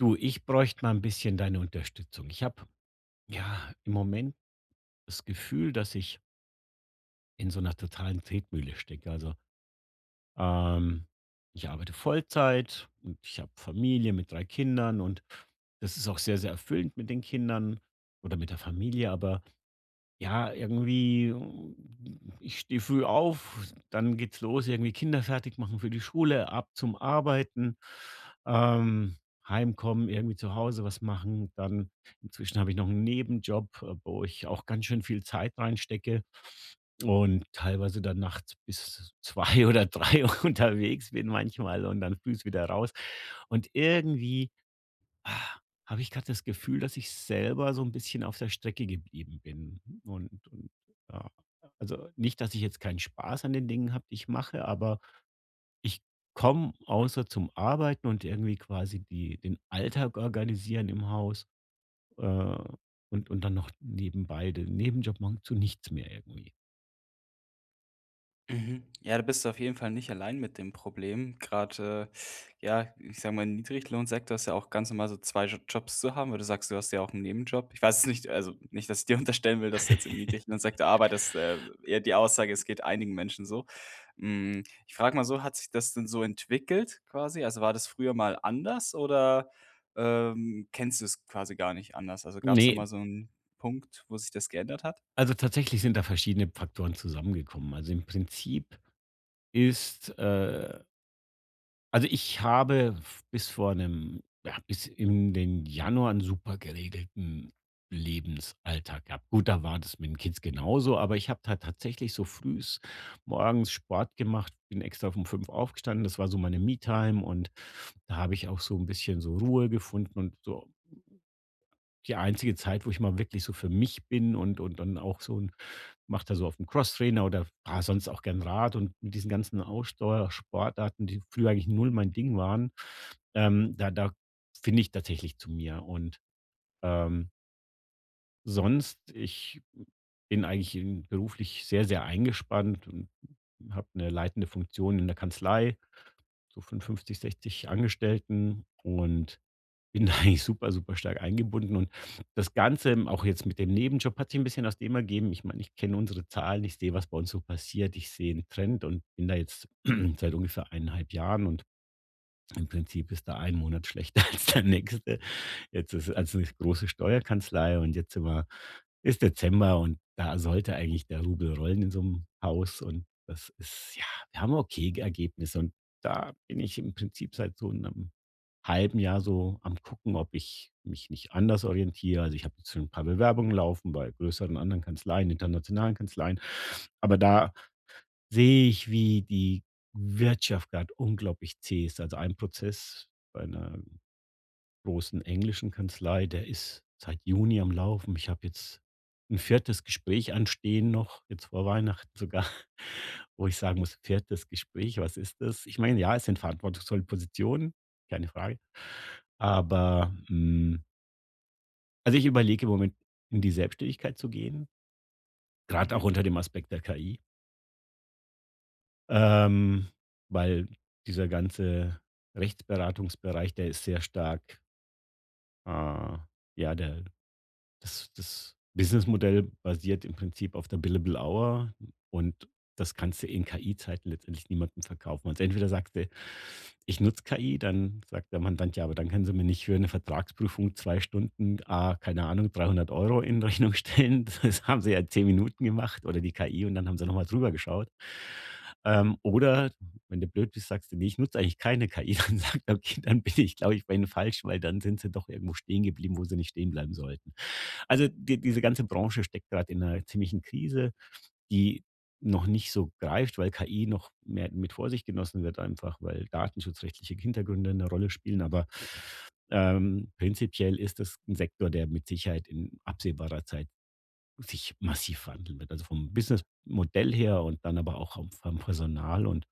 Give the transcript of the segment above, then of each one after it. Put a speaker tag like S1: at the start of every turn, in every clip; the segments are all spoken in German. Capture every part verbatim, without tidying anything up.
S1: Du, ich bräuchte mal ein bisschen deine Unterstützung. Ich habe, ja, im Moment das Gefühl, dass ich in so einer totalen Tretmühle stecke. Also, ähm, ich arbeite Vollzeit und ich habe Familie mit drei Kindern, und das ist auch sehr, sehr erfüllend mit den Kindern oder mit der Familie. Aber ja, irgendwie, hm, ich stehe früh auf, dann geht's los, irgendwie Kinder fertig machen für die Schule, ab zum Arbeiten, ähm, heimkommen, irgendwie zu Hause was machen. Dann inzwischen habe ich noch einen Nebenjob, äh, wo ich auch ganz schön viel Zeit reinstecke und teilweise dann nachts bis zwei oder drei unterwegs bin manchmal und dann frühs wieder raus. Und irgendwie Ah, habe ich gerade das Gefühl, dass ich selber so ein bisschen auf der Strecke geblieben bin und und, ja, also nicht, dass ich jetzt keinen Spaß an den Dingen habe, die ich mache, aber ich komme außer zum Arbeiten und irgendwie quasi die den Alltag organisieren im Haus, äh, und und dann noch nebenbei den Nebenjob machen, zu nichts mehr irgendwie.
S2: Mhm. Ja, da bist du auf jeden Fall nicht allein mit dem Problem. Gerade, äh, ja, ich sage mal, im Niedriglohnsektor ist ja auch ganz normal, so zwei Jo Jobs zu haben, weil du sagst, du hast ja auch einen Nebenjob. Ich weiß es nicht, also nicht, dass ich dir unterstellen will, dass du jetzt im Niedriglohnsektor arbeitest, äh, eher die Aussage, es geht einigen Menschen so. Hm, ich frage mal so, hat sich das denn so entwickelt quasi? Also, war das früher mal anders oder, ähm, kennst du es quasi gar nicht anders? Also, gab's da
S1: Ne,
S2: mal so einen Punkt, wo sich das geändert hat?
S1: also tatsächlich sind da verschiedene Faktoren zusammengekommen. Also, im Prinzip ist, äh Also, ich habe bis vor 'nem ja, bis in den Januar einen super geregelten Lebensalltag gehabt. Gut, da war das mit den Kids genauso, aber ich habe da tatsächlich so frühs morgens Sport gemacht, bin extra um fünf aufgestanden. Das war so meine Me-Time, und da habe ich auch so ein bisschen so Ruhe gefunden und so die einzige Zeit, wo ich mal wirklich so für mich bin, und und dann auch so 'n macht er so auf dem Crosstrainer oder fahre sonst auch gern Rad, und mit diesen ganzen Ausdauersportarten, die früher eigentlich null mein Ding waren, ähm, da da finde ich tatsächlich zu mir. Und ähm, sonst ich bin eigentlich in beruflich sehr, sehr eingespannt und habe eine leitende Funktion in der Kanzlei, so von fünfzig, sechzig Angestellten, und bin da eigentlich super, super stark eingebunden. Und das Ganze, auch jetzt mit dem Nebenjob, hat sich ein bisschen aus dem ergeben. Ich meine, ich kenne unsere Zahlen, ich sehe, was bei uns so passiert, ich sehe 'n Trend und bin da jetzt seit ungefähr eineinhalb Jahren, und im Prinzip ist da ein Monat schlechter als der nächste. Jetzt ist also eine große Steuerkanzlei, und jetzt sind wir ist Dezember, und da sollte eigentlich der Rubel rollen in so einem Haus, und das ist ja, wir haben okay Ergebnisse. Und da bin ich im Prinzip seit so einem halben Jahr so am Gucken, ob ich mich nicht anders orientiere. Also, ich habe jetzt schon ein paar Bewerbungen laufen bei größeren anderen Kanzleien, internationalen Kanzleien. Aber da sehe ich, wie die Wirtschaft gerade unglaublich zäh ist. Also, ein Prozess bei einer großen englischen Kanzlei, der ist seit Juni am Laufen. Ich habe jetzt ein viertes Gespräch anstehen noch, jetzt vor Weihnachten sogar. Wo ich sagen muss: „Viertes Gespräch, was ist das?“ Ich meine, ja, es sind verantwortungsvolle Positionen, keine Frage. Aber hm also, ich überlege im Moment, in die Selbstständigkeit zu gehen, gerade auch
S2: Mhm.
S1: unter dem Aspekt der K I, ähm, weil dieser ganze Rechtsberatungsbereich, der ist sehr stark, äh, ja, der das das Businessmodell basiert im Prinzip auf der Billable Hour, und das kannst du in K I-Zeiten letztendlich niemandem verkaufen. Also, entweder sagst du: „Ich nutze K I“, dann sagt der Mandant: „Ja, aber dann können Sie mir nicht für eine Vertragsprüfung zwei Stunden, ah, keine Ahnung, dreihundert Euro in Rechnung stellen. Das haben Sie ja in zehn Minuten gemacht oder die K I, und dann haben Sie noch mal drüber geschaut.“ Ähm, oder wenn du blöd bist, sagst du: „Ne, ich nutze eigentlich keine K I.“ Dann sagt er: „Okay, dann bin ich, glaube ich, bei Ihnen falsch, weil dann sind Sie doch irgendwo stehen geblieben, wo Sie nicht stehen bleiben sollten.“ Also, die diese ganze Branche steckt gerade in einer ziemlichen Krise, die noch nicht so greift, weil K I noch mehr mit Vorsicht genossen wird, einfach weil datenschutzrechtliche Hintergründe eine Rolle spielen. Aber ähm, prinzipiell ist das ein Sektor, der mit Sicherheit in absehbarer Zeit sich massiv wandeln wird. Also, vom Businessmodell her und dann aber auch vom vom Personal. Und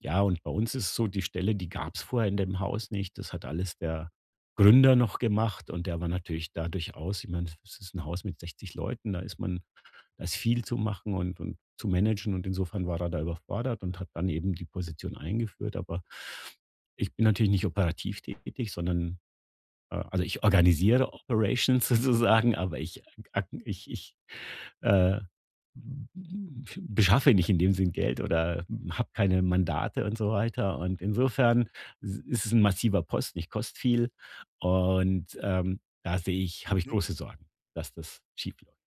S1: ja, und bei uns ist es so, die Stelle, die gab es vorher in dem Haus nicht. Das hat alles der Gründer noch gemacht, und der war natürlich da durchaus, ich meine, es ist ein Haus mit sechzig Leuten, da ist man, da ist viel zu machen und, und zu managen, und insofern war er da überfordert und hat dann eben die Position eingeführt. Aber ich bin natürlich nicht operativ tätig, sondern äh, also ich organisiere Operations sozusagen, aber ich, ich, ich äh, beschaffe nicht in dem Sinn Geld oder habe keine Mandate und so weiter. Und insofern s- ist es ein massiver Posten. Ich koste viel, und ähm, da sehe ich habe ich
S2: Mhm.
S1: große Sorgen, dass das schiefläuft.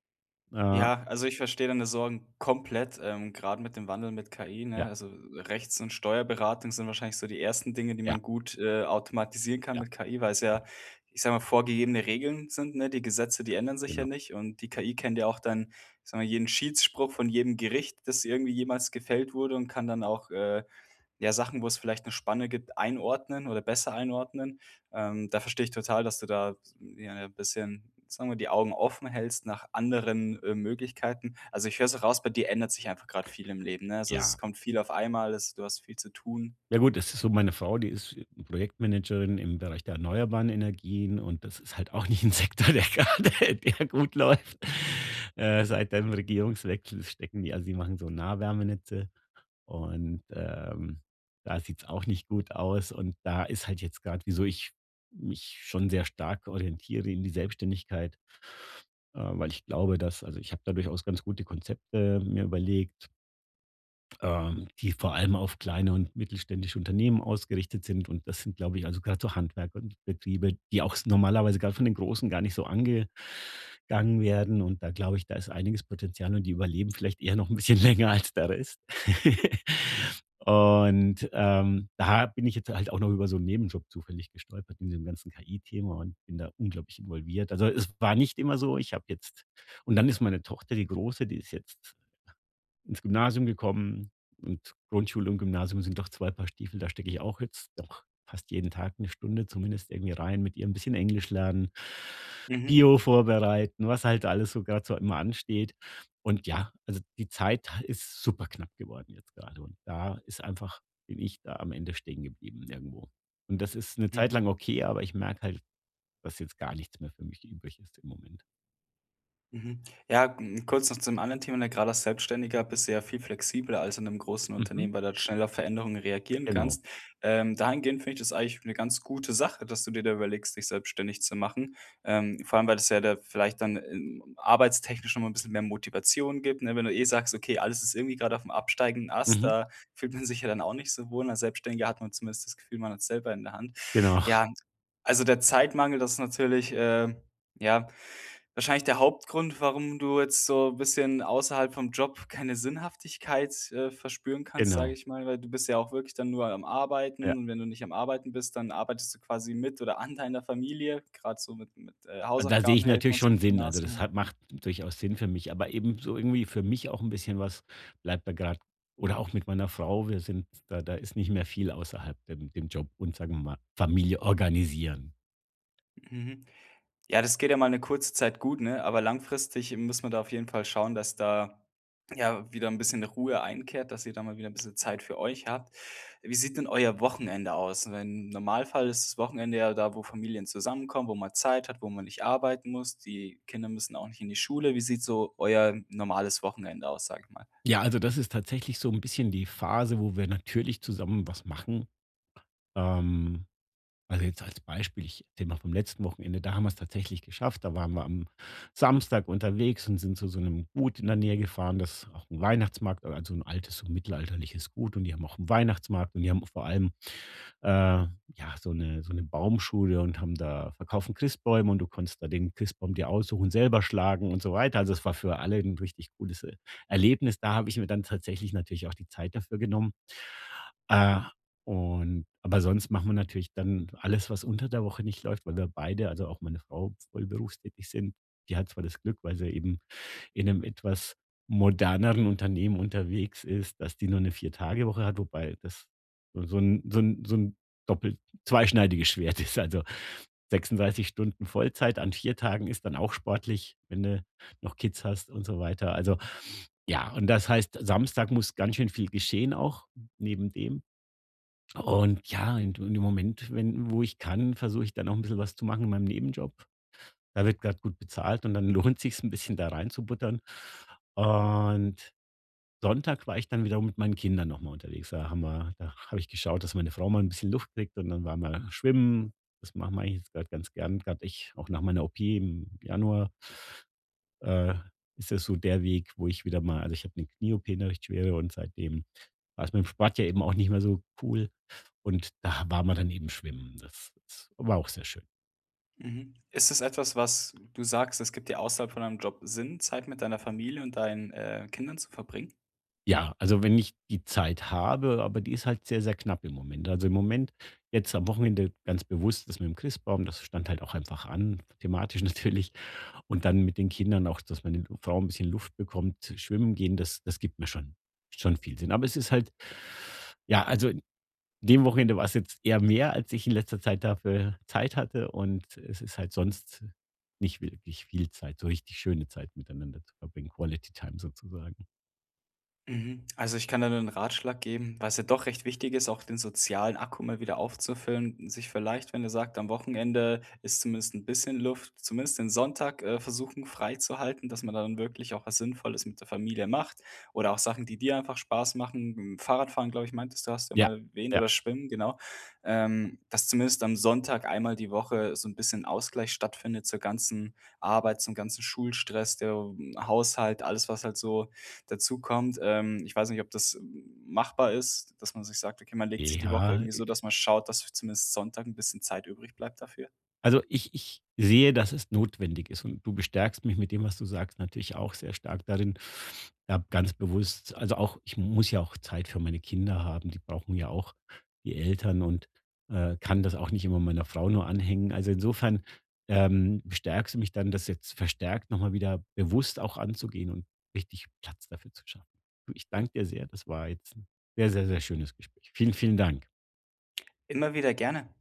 S1: Äh,
S2: Ja, also ich verstehe deine Sorgen komplett, ähm, grade mit dem Wandel mit K I, ne?
S1: ja,
S2: Also, Rechts und Steuerberatung sind wahrscheinlich so die ersten Dinge, die
S1: ja,
S2: man gut, äh, automatisieren kann
S1: ja,
S2: mit K I, es
S1: ja,
S2: ja, ich sage mal, vorgegebene Regeln sind, ne? Die Gesetze, die ändern sich ja
S1: genau.
S2: nicht und die K I kennt ja auch dann, ich sage mal, jeden Schiedsspruch von jedem Gericht, das irgendwie jemals gefällt wurde und kann dann auch, äh, ja, Sachen, wo es vielleicht eine Spanne gibt, einordnen oder besser einordnen. Ähm, da verstehe ich total, dass du da ja ein bisschen, sagen wir, die Augen offen hältst nach anderen, äh, Möglichkeiten. Also, ich höre so raus, bei dir ändert sich einfach gerade viel im Leben, ne? Also, es
S1: Ja.
S2: kommt viel auf einmal, es du hast viel zu tun.
S1: Ja, gut, das ist so, meine Frau, die ist Projektmanagerin im Bereich der erneuerbaren Energien, und das ist halt auch nicht ein Sektor, der grade der gut läuft. Äh, seit dem Regierungswechsel stecken die also, die machen so Nahwärmenetze. Und ähm, da sieht's auch nicht gut aus. Und da ist halt jetzt gerade, wieso ich mich schon sehr stark orientiere in die Selbstständigkeit, äh, weil ich glaube, dass also, ich habe da durchaus ganz gute Konzepte mir überlegt, ähm, die vor allem auf kleine und mittelständische Unternehmen ausgerichtet sind. Und das sind, glaube ich, also gerade so Handwerker und Betriebe, die auch normalerweise gerade von den Großen gar nicht so angegangen werden. Und da glaube ich, da ist einiges Potenzial, und die überleben vielleicht eher noch ein bisschen länger als der Rest. Und ähm, da bin ich jetzt halt auch noch über so einen Nebenjob zufällig gestolpert in diesem ganzen K I-Thema und bin da unglaublich involviert. Also, es war nicht immer so, ich habe jetzt, und dann ist meine Tochter, die Große, die ist jetzt ins Gymnasium gekommen, und Grundschule und Gymnasium sind doch zwei Paar Stiefel. Da stecke ich auch jetzt doch fast jeden Tag eine Stunde zumindest irgendwie rein mit ihr, 'n bisschen Englisch lernen,
S2: Mhm,
S1: Bio vorbereiten, was halt alles so grad so immer ansteht. Und ja, also die Zeit ist super knapp geworden jetzt gerade, und da ist einfach bin ich da am Ende stehen geblieben irgendwo. Und das ist eine Zeit lang
S2: mhm.
S1: okay, aber ich merke halt, dass jetzt gar nichts mehr für mich übrig ist im Moment.
S2: Mhm. Ja, hm, kurz noch zum anderen Thema, ne, gerade als Selbstständiger bist du ja viel flexibler als in einem großen
S1: Mhm,
S2: Unternehmen, weil du halt schneller auf Veränderungen reagieren
S1: genau.
S2: kannst. Ähm, dahingehend finde ich das eigentlich eine ganz gute Sache, dass du dir da überlegst, dich selbstständig zu machen. Ähm, vor allem, weil das ja da vielleicht dann, ähm, arbeitstechnisch noch mal 'n bisschen mehr Motivation gibt, ne? Wenn du eh sagst: „Okay, alles ist irgendwie gerade auf aufm absteigenden Ast“,
S1: Mhm,
S2: da fühlt man sich ja dann auch nicht so wohl. Als Selbstständiger hat man zumindest das Gefühl, man hat's selber in der Hand.
S1: genau,
S2: Ja, also der Zeitmangel, das ist natürlich, äh, ja, wahrscheinlich der Hauptgrund, warum du jetzt so 'n bisschen außerhalb vom Job keine Sinnhaftigkeit, äh, verspüren kannst, sage
S1: genau,
S2: ich mal, weil du bist ja auch wirklich dann nur am
S1: ja.
S2: Arbeiten und wenn du nicht am Arbeiten bist, dann arbeitest du quasi mit oder an deiner Familie, grad so mit mit, äh,
S1: Da sehe
S2: Hausaufgaben
S1: ich
S2: helfen
S1: natürlich
S2: und so im
S1: schon Sinn. Also,
S2: Gymnasium,
S1: das
S2: ne?
S1: hat macht durchaus Sinn für mich, aber eben so irgendwie für mich auch ein bisschen was bleibt da gerade oder auch mit meiner Frau. Wir sind da da ist nicht mehr viel außerhalb dem dem Job und sagen wir mal, Familie organisieren.
S2: Mhm. Ja, das geht ja mal 'ne kurze Zeit gut, ne, aber langfristig muss man da auf jeden Fall schauen, dass da ja wieder ein bisschen Ruhe einkehrt, dass ihr da mal wieder ein bisschen Zeit für euch habt. Wie sieht denn euer Wochenende aus? Weil im Normalfall ist das Wochenende ja da, wo Familien zusammenkommen, wo man Zeit hat, wo man nicht arbeiten muss. Die Kinder müssen auch nicht in die Schule. Wie sieht so euer normales Wochenende aus, sage ich mal?
S1: Ja, also das ist tatsächlich so ein bisschen die Phase, wo wir natürlich zusammen was machen. Ähm Also, jetzt als Beispiel, ich erzähle mal vom letzten Wochenende, da haben wir es tatsächlich geschafft. Da waren wir am Samstag unterwegs und sind zu so einem Gut in der Nähe gefahren, das ist auch ein Weihnachtsmarkt, also ein altes, so mittelalterliches Gut, und die haben auch einen Weihnachtsmarkt, und die haben vor allem äh, ja, so eine so eine Baumschule und haben da verkaufen Christbäume, und du konntest da den Christbaum dir aussuchen, selber schlagen und so weiter. Also, es war für alle ein richtig cooles E Erlebnis. Da habe ich mir dann tatsächlich natürlich auch die Zeit dafür genommen. Äh, und aber sonst machen wir natürlich dann alles, was unter der Woche nicht läuft, weil wir beide, also auch meine Frau, voll berufstätig sind. Die hat zwar das Glück, weil sie eben in einem etwas moderneren Unternehmen unterwegs ist, dass die nur eine vier Tage Woche hat, wobei das so so ein so ein so ein doppelt zweischneidiges Schwert ist. Also, sechsunddreißig Stunden Vollzeit an vier Tagen ist dann auch sportlich, wenn du noch Kids hast und so weiter. Also, ja, und das heißt, Samstag muss ganz schön viel geschehen auch neben dem. Und ja, in in dem Moment, wenn wo ich kann, versuche ich dann auch ein bisschen was zu machen in meinem Nebenjob. Da wird gerade gut bezahlt, und dann lohnt sich's ein bisschen da reinzubuttern. Und Sonntag war ich dann wiederum mit meinen Kindern noch mal unterwegs. Da haben wir da habe ich geschaut, dass meine Frau mal ein bisschen Luft kriegt, und dann waren wir schwimmen. Das machen wir eigentlich jetzt grad ganz gern. Gerade ich auch nach meiner O P im Januar, äh, ist das so der Weg, wo ich wieder mal also, ich habe eine Knie-O P, eine recht schwere, und seitdem war es mit dem Sport ja eben auch nicht mehr so cool. Und da waren wir dann eben schwimmen. Das das war auch sehr schön.
S2: Mhm. Ist es etwas, was du sagst, es gibt dir außerhalb von deinem Job Sinn, Zeit mit deiner Familie und deinen, äh, Kindern zu verbringen?
S1: Ja, also wenn ich die Zeit habe, aber die ist halt sehr, sehr knapp im Moment. Also im Moment, jetzt am Wochenende ganz bewusst das mit dem Christbaum, das stand halt auch einfach an, thematisch natürlich. Und dann mit den Kindern auch, dass meine Lu- Frau ein bisschen Luft bekommt, schwimmen gehen, das, das gibt mir schon, schon viel Sinn. Aber es ist halt, ja, also in dem Wochenende war es jetzt eher mehr, als ich in letzter Zeit dafür Zeit hatte. Und es ist halt sonst nicht wirklich viel Zeit, so richtig schöne Zeit miteinander zu verbringen, Quality Time sozusagen.
S2: Mhm. Also, ich kann da nur 'nen Ratschlag geben, weil's ja doch recht wichtig ist, auch den sozialen Akku mal wieder aufzufüllen, sich vielleicht, wenn ihr sagt, am Wochenende ist zumindest ein bisschen Luft, zumindest den Sonntag, äh, versuchen freizuhalten, dass man dann wirklich auch was Sinnvolles mit der Familie macht oder auch Sachen, die dir einfach Spaß machen. Hm, Fahrradfahren, glaube ich, meintest du, hast du ja
S1: Ja,
S2: mal erwähnt
S1: ja.
S2: oder Schwimmen, genau. Ähm, dass zumindest am Sonntag einmal die Woche so ein bisschen Ausgleich stattfindet zur ganzen Arbeit, zum ganzen Schulstress, der Haushalt, alles, was halt so dazu kommt. Ähm, ich weiß nicht, ob das machbar ist, dass man sich sagt: „Okay, man legt sich die Woche
S1: Ja,
S2: irgendwie so, dass man schaut, dass zumindest Sonntag ein bisschen Zeit übrig bleibt dafür?“
S1: also ich ich sehe, dass es notwendig ist, und du bestärkst mich mit dem, was du sagst, natürlich auch sehr stark darin, da ganz bewusst also auch ich muss ja auch Zeit für meine Kinder haben, die brauchen ja auch die Eltern, und, äh, kann das auch nicht immer meiner Frau nur anhängen. Also insofern, ähm, bestärkst du mich dann, das jetzt verstärkt noch mal wieder bewusst auch anzugehen und richtig Platz dafür zu schaffen. Du, ich danke dir sehr. Das war jetzt 'n sehr, sehr, sehr schönes Gespräch. Vielen, vielen Dank.
S2: Immer wieder gerne.